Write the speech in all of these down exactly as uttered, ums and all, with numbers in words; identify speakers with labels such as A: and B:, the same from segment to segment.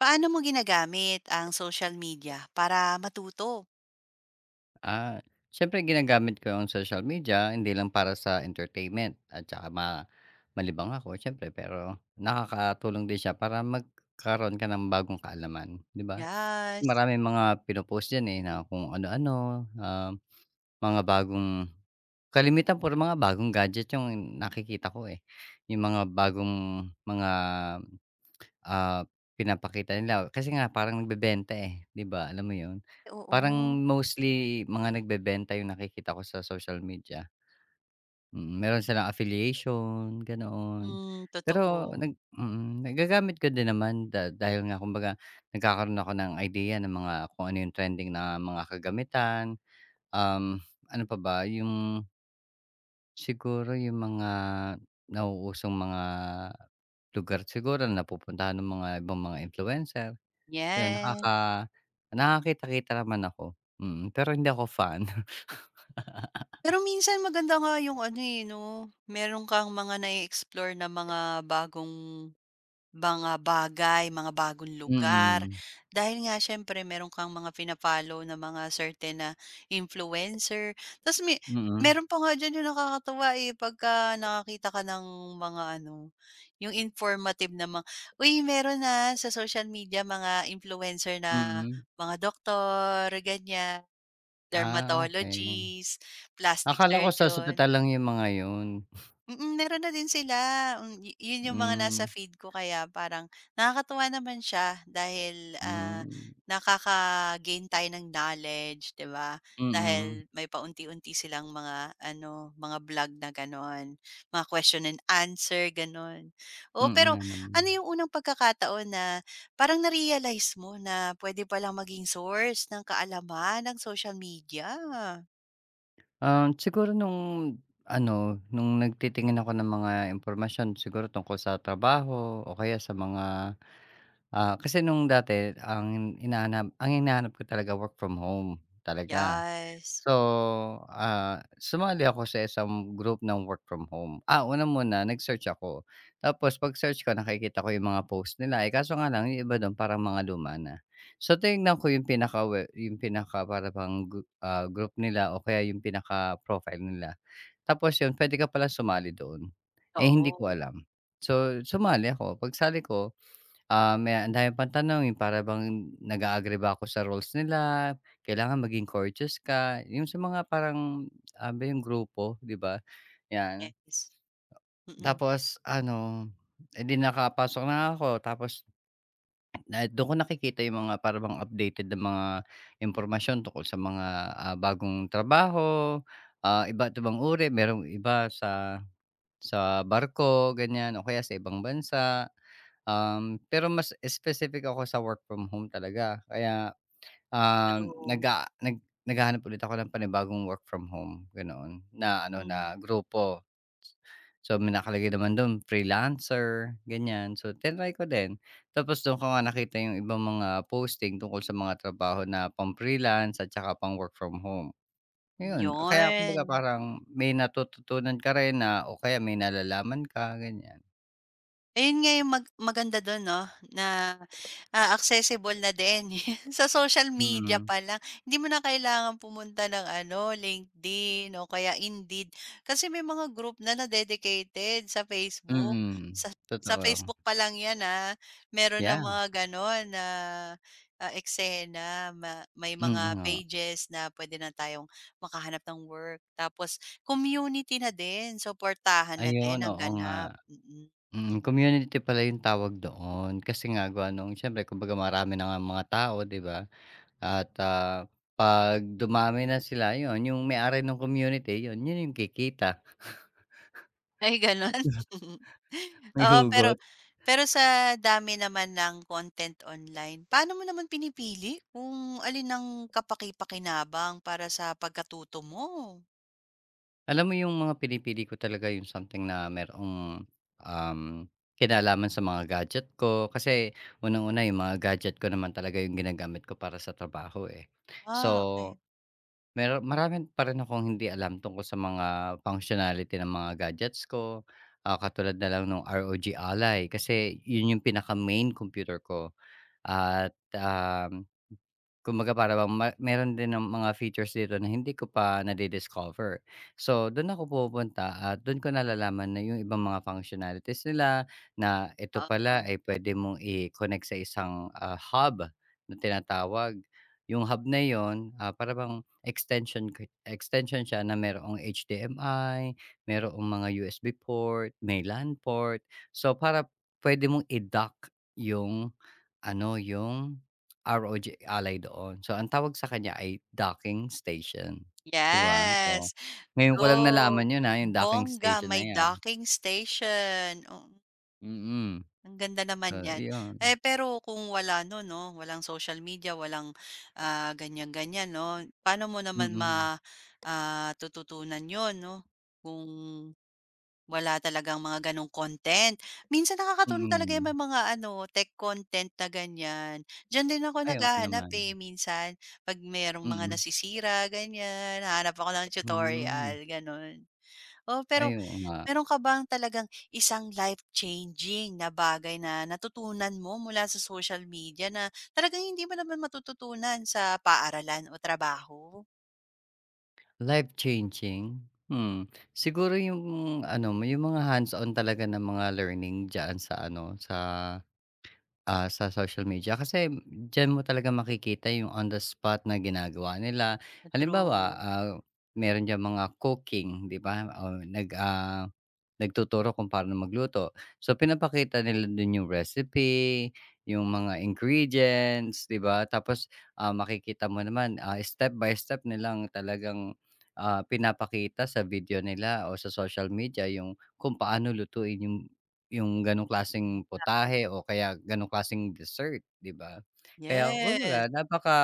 A: Paano mo ginagamit ang social media para matuto?
B: Ah, Siyempre ginagamit ko ang social media hindi lang para sa entertainment at saka ma malibang ako, siyempre, pero nakakatulong din siya para magkaroon ka ng bagong kaalaman, 'di ba? Kasi
A: Yes,
B: maraming mga pino-post diyan, eh, na kung ano-ano, ah, mga bagong kalimitan puro mga bagong gadget yung nakikita ko, eh. Yung mga bagong mga Ah, Pinapakita nila kasi nga parang nagbebenta, eh, 'di ba, alam mo 'yun? Parang
A: oo.
B: mostly mga nagbebenta 'yung nakikita ko sa social media. mm. Meron silang affiliation, ganoon.
A: Hmm, totoo.
B: Pero nag mm, Nagagamit ko din naman da dahil nga kumbaga nagkakaroon ako ng idea ng mga kung ano 'yung trending na mga kagamitan. Um, Ano pa ba 'yung siguro 'yung mga nauusong mga lugar siguro na napupuntahan ng mga ibang mga influencer. 'Yun
A: Yes.
B: nakaka Nakakakita-kita naman ako, mm, pero hindi ako fan.
A: Pero minsan maganda nga yung ano, eh, 'no, meron kang mga na explore na mga bagong mga bagay, mga bagong Mm. lugar,
B: Mm.
A: dahil nga siyempre meron kang mga fina-follow na mga certain na influencer. Tapos may
B: Mm.
A: meron pa nga diyan yung nakakatuwa, eh, pagka nakakita ka ng mga ano, yung informative na mga, "Uy, meron na sa social media mga influencer na
B: Mm.
A: mga doktor," ganyan,
B: Ah, okey.
A: dermatologists, plastic
B: Akala ko sa ospital
A: surgeon.
B: lang yung mga yun.
A: Mm, meron na din sila. Hmm, yu yun yung mga nasa
B: Hmm.
A: feed ko kaya parang nakakatuwa naman siya dahil, ah,
B: Hmm.
A: nakaka-gain tayo ng knowledge, 'di ba?
B: Mm.
A: Dahil may paunti-unti silang mga ano, mga vlog na gano'n, mga question and answer, gano'n. Oo,
B: Mm
A: pero
B: nga naman.
A: ano yung unang pagkakataon na parang na-realize mo na pwede palang maging source ng kaalaman ng social media?
B: Um, siguro nung ano, nung nagtitingin ako ng mga impormasyon siguro tungkol sa trabaho o kaya sa mga, ah, kasi nung dati ang hinahanap ang hinahanap ko talaga work from home, talaga.
A: Yes.
B: So, ah, sumali ako sa isang group ng work from home. Ah, una muna nag-search ako, tapos pag-search ko nakikita ko yung mga post nila, eh, kaso nga lang yung iba dun parang mga luma na. So, tinignan ko yung pinaka we yung pinaka para bang gru ah, group nila o kaya yung pinaka-profile nila. Tapos yun, puwede ka pala sumali doon. Eh, hindi ko
A: Oo,
B: alam. So, sumali ako, pagsali ko Ah, may ang dami pang tanong, yung para bang nag a ba ako sa roles nila, kailangan maging courteous ka, yung sa mga parang, ano ba yung grupo, 'di ba? 'Yan.
A: yes. Mm.
B: Tapos ano, eh, di nakapasok na ako tapos na do'n ko nakikita yung mga para bang updated na mga impormasyon tungkol sa mga, ah, bagong trabaho, ah, iba't ibang uri, merong iba sa sa barko ganyan o kaya sa ibang bansa. Um, pero mas specific ako sa work from home talaga kaya, um, nag
A: True.
B: nag naghahanap ulit ako ng panibagong work from home, ganoon na ano
A: Hmm,
B: na grupo. So, may nakalagay naman dun freelancer ganyan, so tinry ko din. Tapos dun ko nga nakita yung ibang mga posting tungkol sa mga trabaho na pang-freelance at saka pang work from home. Ayun, kaya kumbaga
A: yun.
B: parang may natututunan ka rin na o kaya may nalalaman ka, ganyan.
A: Ayun nga yung mag maganda dun 'no, na, ah, accessible na din sa social media
B: Mm.
A: pa lang. Hindi mo na kailangan pumunta ng ano, LinkedIn o kaya Indeed. Kasi may mga group na na dedicated sa Facebook.
B: Mm.
A: Sa sa
B: Totoo.
A: Facebook pa lang 'yan, ah, meron na
B: Yeah.
A: mga gano'n na, ah, eksena. Ma may
B: Mm.
A: mga
B: Oo.
A: pages na pwede na tayong makahanap ng work. Tapos community na din, supportahan na din
B: Ayun,
A: ang
B: oo nga.
A: ganap, mm.
B: Mm, community pala yung tawag doon kasi nga gawa nung siyempre kumbaga marami na ngang mga tao, 'di ba? At, ah, 'pag dumami na sila, yun yung may-ari nung community, yun yun yung kikita,
A: Ay gano'n?
B: may
A: Oo, pero
B: hugot.
A: pero sa dami naman ng content online, paano mo naman pinipili kung alin ang kapaki-pakinabang para sa pagkatuto mo?
B: Alam mo yung mga pinipili ko talaga yung something na merong, um, kinalaman sa mga gadget ko. Kasi unang-una yung mga gadget ko naman talaga yung ginagamit ko para sa trabaho, eh. So,
A: Ah, okey.
B: mero marami pa rin akong hindi alam tungkol sa mga functionality ng mga gadgets ko. Ah, katulad na lang nung rog Ally kasi yun yung pinaka-main computer ko at, um kumbaga para bang ma meron din ng mga features dito na hindi ko pa nadi-discover. So, dun ako pumupunta at dun ko nalalaman na yung ibang mga functionalities nila na ito
A: Oo.
B: pala ay pwede mong i-connect sa isang, ah, hub na tinatawag. Yung hub na yun, ah, para bang extension ki extension siya na merong H D M I, merong mga U S B port, may LAN port. So, para pwede mong i-dock yung ano, yung rog alay doon. So, ang tawag sa kanya ay docking station, 'di ba? Oo.
A: Yes,
B: Ngayon ko lang
A: go!
B: nalaman 'yun, ah, 'yung docking
A: Bongga,
B: station na
A: may
B: 'yan.
A: docking station,
B: Mm.
A: ang ganda naman
B: So,
A: niyan.
B: iyon.
A: Eh, pero kung wala nun 'no, walang social media, walang, ah, ganyan-ganyan 'no, paano mo naman
B: Mm.
A: ma ah, tututunan yon, 'no, kung wala talagang mga ganong content? Minsan nakakatulong talaga yung
B: Mm.
A: may mga ano, tech content na ganyan. Diyan din ako
B: Ay, oo
A: naghahanap,
B: naman.
A: eh, minsan 'pag merong mga
B: Mm.
A: nasisira ganyan, hanap ako ng
B: Hmm.
A: tutorial, gano'n. Oh, pero
B: Ay, oo nga.
A: meron ka bang talagang isang life-changing na bagay na natutunan mo mula sa social media na talagang hindi mo naman matututunan sa paaralan o trabaho?
B: Life changing? Hmm. Siguro 'yung ano mo, 'yung mga hands-on talaga na mga learning diyan sa ano, sa Ah, sa social media kasi diyan mo talaga makikita yung on the spot na ginagawa nila. Halimbawa,
A: True.
B: ah, meron diyang mga cooking, 'di ba? O nag ah Nagtuturo kung paano magluto. So, pinapakita nila dun yung recipe, yung mga ingredients, 'di ba? Tapos, ah, makikita mo naman, ah, step by step nilang talagang, ah, pinapakita sa video nila o sa social media yung kung paano lutuin yung yung gano'ng
A: Hmm,
B: klaseng putahe o kaya gano'ng klaseng dessert, 'di ba? Kaya
A: yes.
B: kumbaga napaka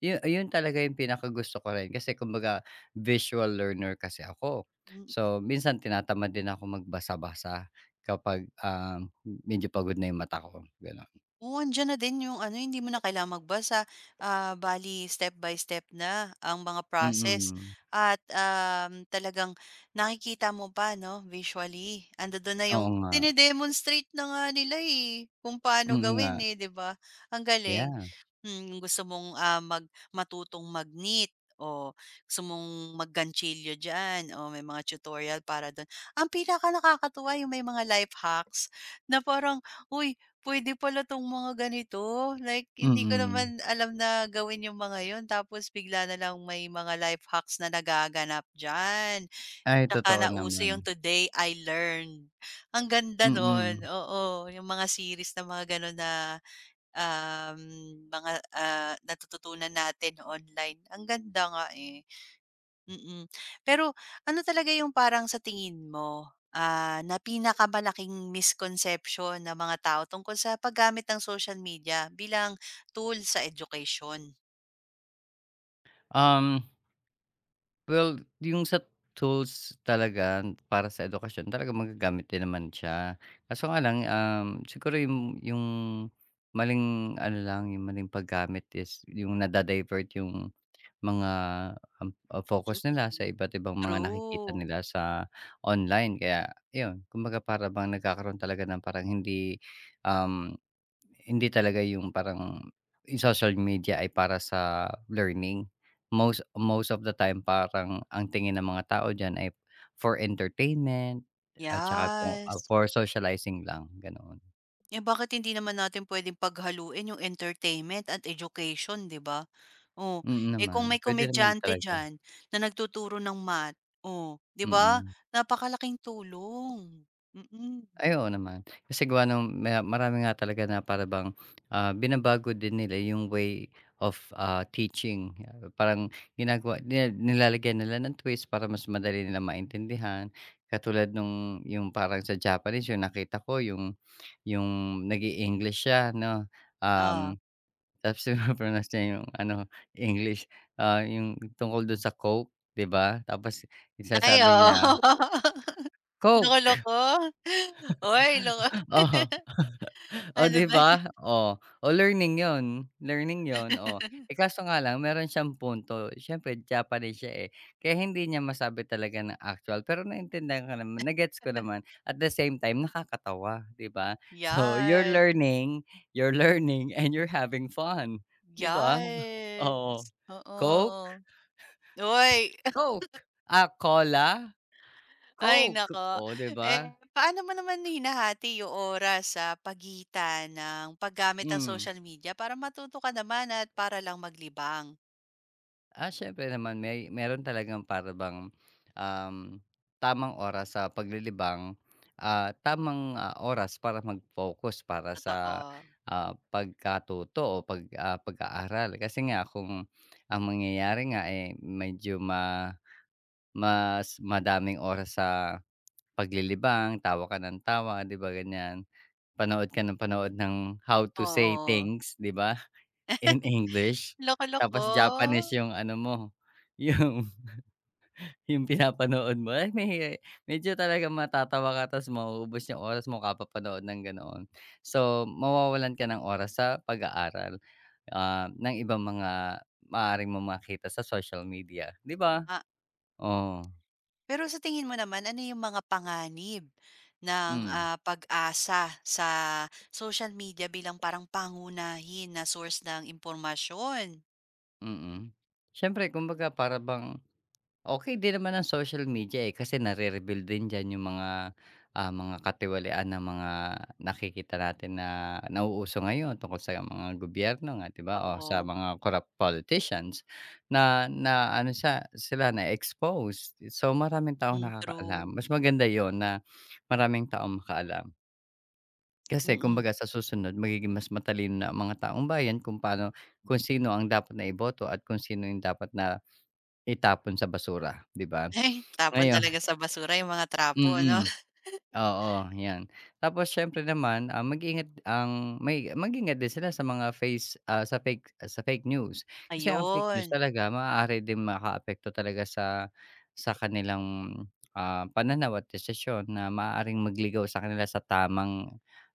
B: yun yun talaga yung pinakagusto ko rin kasi kumbaga visual learner kasi ako.
A: Mm.
B: So, minsan tinatamad din ako magbasa-basa kapag, um, medyo pagod na 'yung mata ko, gano'n.
A: Oo, andiyan na din yung ano, hindi mo na kailangang magbasa, ah, bale step by step na ang mga process
B: Mm,
A: at, um, talagang nakikita mo pa 'no, visually. Andodo'n na
B: oo
A: yung
B: nga.
A: dine-demonstrate na nga nila, eh, kung paano
B: Mm nga.
A: gawin, eh, 'di ba? Ang galing.
B: Yeah.
A: Hmm, gusto mong, ah, mag matutong mag-knit o gusto mong mag-ganchilyo dyan o may mga tutorial para do'n. Ang pinaka nakakatuwa yung may mga life hacks na parang, "Uy, puwede pala 'tong mga ganito, like hindi ko
B: Mm.
A: naman alam na gawin yung mga yun tapos bigla na lang may mga life hacks na nagaganap diyan.
B: Ay,
A: Tsaka
B: totoo
A: nauso
B: naman.
A: yung Today I Learned, ang ganda nun,
B: Mm.
A: oo, yung mga series na mga ganun na, um, mga, ah, natututunan natin online, ang ganda nga, eh. Mm. Pero ano talaga yung parang sa tingin mo, ah, na pinakamalaking misconception ng mga tao tungkol sa paggamit ng social media bilang tool sa education.
B: Um Well, yung sa tools talaga para sa edukasyon talaga magagamit din naman siya. Kaso nga lang, um, siguro yung yung maling ano lang, yung maling paggamit is yung nada yung mga, um, ah, focus nila sa
A: Mm.
B: iba't ibang mga nakikita
A: True.
B: nila sa online. Kaya iyon, kumbaga para bang nagkakaroon talaga ng parang hindi, um hindi talaga yung parang yung social media ay para sa learning. Most Most of the time parang ang tingin ng mga tao diyan ay for entertainment at tsaka po, ah,
A: Yes.
B: for socializing lang, ganoon.
A: Eh, bakit hindi naman natin puwedeng paghaluin yung entertainment at education, 'di ba? Oh,
B: Mm,
A: eh, kung
B: naman.
A: may
B: Pwede naman
A: komedyante
B: talaga.
A: diyan na nagtuturo ng math, oh, 'di ba,
B: Mm.
A: napakalaking tulong. Mm.
B: Ay, oo naman. Kasi gawa nung ma marami nga talaga na para bang, ah, binabago din nila yung way of, ah, teaching. Ah, Parang ginagawa nila, nilalagyan nila ng twist para mas madali nilang maintindihan. Katulad nung yung parang sa Japanese yung nakita ko yung yung nag english siya 'no,
A: Ah,
B: um, tapos pino-pronounce niya yung ano, English, ah, yung tungkol dun sa Coke, 'di ba? Tapos yung
A: ay,
B: sinasabi
A: oo.
B: niya, "Coke!"
A: Loko-loko. Uy, loko.
B: Oo. Oh,
A: Ano
B: 'di
A: ba
B: ba?
A: yan?
B: Oh, o learning yon, learning yon, oh. Eh, kaso nga lang meron siyang punto, siyempre Japanese siya, eh, kaya hindi niya masabi talaga ng actual pero naintindihan ko naman, na ko naman at the same time nakakatawa, 'di ba? So, you're
A: Yes,
B: learning, you're learning and you're having fun, 'di ba? Oo.
A: yes,
B: Coke?
A: oo. Uy,
B: Coke. Ah, cola?
A: ay
B: Coke.
A: nako.
B: Oh, 'di
A: Eh,
B: ba?
A: paano mo naman hinahati yung oras sa pagitan ng paggamit ng
B: Hmm.
A: social media para matuto ka naman at para lang maglibang?
B: Ah, siyempre naman may meron talagang para bang, um, tamang oras sa paglilibang, ah, tamang, ah, oras para mag-focus para sa,
A: Totoo,
B: ah, pagkatuto o pag ah, pag-aaral. Kasi nga kung ang mangyayari nga, eh, medyo ma mas madaming oras sa paglilibang, tawa ka ng tawa, 'di ba, ganyan. Panood ka ng panood ng how to say
A: oo.
B: things, 'di ba? In English,
A: Loko-loko.
B: tapos Japanese yung ano mo, yung yung pinapanood mo, ay may medyo talaga matatawa ka tapos mauubos yung oras mo kapapanood ng ganoon. So, mawawalan ka ng oras sa pag-aaral, ah, ng ibang mga maaaring mong makita sa social media, 'di ba? Oo.
A: Pero sa tingin mo naman, ano yung mga panganib ng,
B: Hmm.
A: ah, pag-asa sa social media bilang parang pangunahin na source ng impormasyon?
B: Mm. Siyempre kumbaga para bang okay din naman ang social media, eh, kasi nare-reveal din diyan yung mga, ah, mga katiwalian ng mga nakikita natin na nauuso ngayon tungkol sa mga gobyerno nga, 'di ba, o sa
A: Oo,
B: mga corrupt politicians na na ano sa sila na-expose. So, maraming taong
A: hmm,
B: nakakaalam.
A: true,
B: Mas maganda yon na maraming tao makaalam. Kasi
A: mm.
B: kumbaga sa susunod magiging mas matalino na ang mga taong bayan kung paano kung sino ang dapat na iboto at kung sino yung dapat na itapon sa basura, 'di ba?
A: Ay, tapon
B: Ngayon.
A: talaga sa basura yung mga trapo 'no?
B: Mm. Oo, 'yan. Tapos siyempre naman, ah, mag-ingat, ang may mag-ingat din sila sa mga face ah, sa fake sa fake news. Kasi ang fake news
A: Ayun,
B: talaga maaari din makaapekto talaga sa sa kanilang, ah, pananaw at desisyon na maaaring magligaw sa kanila sa tamang,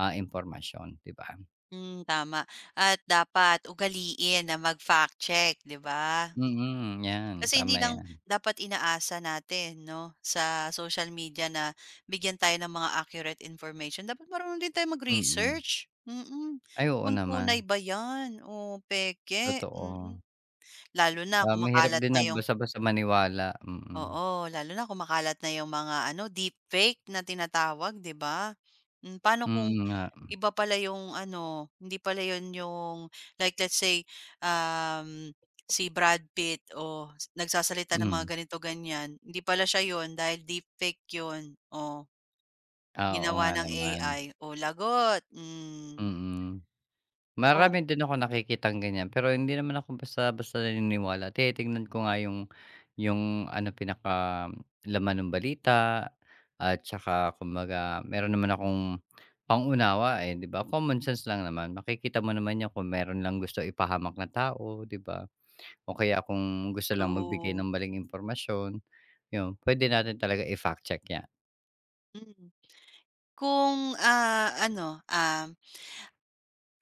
B: ah, impormasyon, 'di ba?
A: hmm, tama at dapat ugaliin na mag-fact check, 'di ba?
B: Mm, 'yan,
A: Kasi hindi
B: tama
A: lang
B: 'yan.
A: dapat inaasa natin 'no, sa social media na bigyan tayo ng mga accurate information, dapat marunong din tayong
B: Mm.
A: mag-research, mm.
B: Ay, oo
A: Kung
B: naman,
A: tunay ba 'yan o peke,
B: totoo.
A: mm. Lalo na
B: Ah, mahirap
A: kumakalat
B: din
A: na
B: na
A: yung
B: basta-basta maniwala. Mm.
A: Oo, lalo na kumakalat na yung mga ano, deepfake na tinatawag, 'di ba? Hmm, paano
B: Mm
A: kung
B: nga.
A: iba pala yung ano, hindi pala yun yung like let's say, um, si Brad Pitt o s- nagsasalita ng
B: Hmm.
A: mga ganito, ganyan. Hindi pala siya yun dahil deepfake yun, o
B: Ah, oo
A: ginawa
B: nga
A: ng
B: naman.
A: A I. O lagot, hmm.
B: Mm.
A: Oh,
B: Marami din ako nakikitang ganyan, pero hindi naman ako basta-basta naniniwala. Tinitingnan ko nga yung yung ano, pinakalaman ng balita at saka kumbaga meron naman akong pangunawa, eh, 'di ba? Common sense lang naman, makikita mo naman yan kung meron lang gusto ipahamak na tao, 'di ba? O kaya kung gusto lang magbigay
A: true,
B: ng maling impormasyon, yun, pwede natin talaga i-fact check yan.
A: mm. Kung, ah, ano, um,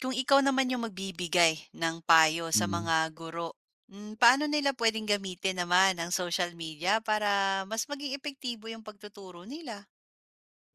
A: kung ikaw naman yung magbibigay ng payo sa
B: Mm.
A: mga guro, hmm, paano nila pwedeng gamitin naman ang social media para mas maging epektibo yung pagtuturo nila?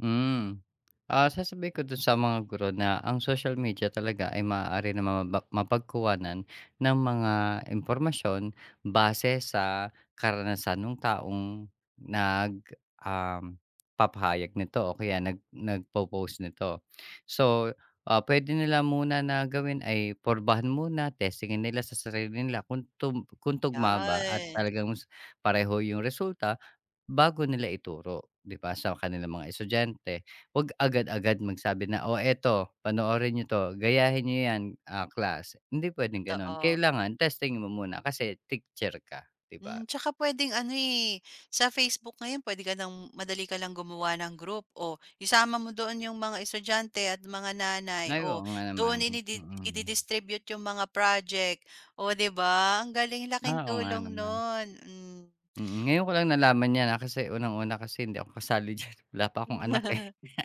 B: Hmm. Ah, sasabihin ko dun sa mga guro na ang social media talaga ay maaari na maba mapagkuhanan ng mga impormasyon base sa karanasan ng taong nag, um, papahayag nito o kaya nag nagpo-post nito. So, ah, puwede nila muna na gawin ay porbahan muna, testingin nila sa sarili nila kung tum kung tugma ba at
A: 'Yan,
B: talagang s pareho yung resulta, bago nila ituro, 'di ba, sa kanilang mga estudyante. Wag agad-agad magsabi na, "Oh, eto panoorin niyo 'to, gayahin niyo 'yan, ah, class." Hindi puwedeng gano'n.
A: totoo.
B: Kailangan testingin mo muna kasi teacher ka, 'di
A: Hmm,
B: ba?
A: tsaka puwedeng ano, eh, sa Facebook ngayon pwede ka ng madali ka lang gumawa ng group o isama mo doon yung mga estudyante at mga nanay
B: Ay,
A: o
B: oo nga
A: doon
B: naman.
A: inidi
B: Mm.
A: idi-distribute yung mga project. Oh, 'di ba? Ang galing, laking
B: Ah, oo nga
A: tulong
B: naman.
A: no'n. Hmm.
B: Mm. Ngayon ko lang nalaman 'yan, ah, kasi unang-una kasi hindi ako kasali diyan, wala pa akong anak, eh.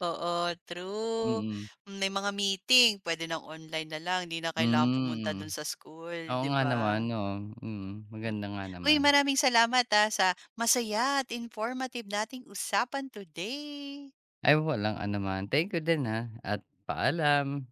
A: Oo, true.
B: Mm.
A: May mga meeting pwede ng online na lang, hindi na kailangan pumunta
B: Hmm.
A: do'n sa school,
B: Oo
A: 'di
B: nga naman.
A: ba?
B: Oo. Mm.
A: Mm.
B: Maganda nga
A: Uy,
B: naman.
A: maraming salamat, ah, sa masaya at informative nating usapan today.
B: Ay, walang anuman. Thank you din, ha, at paalam.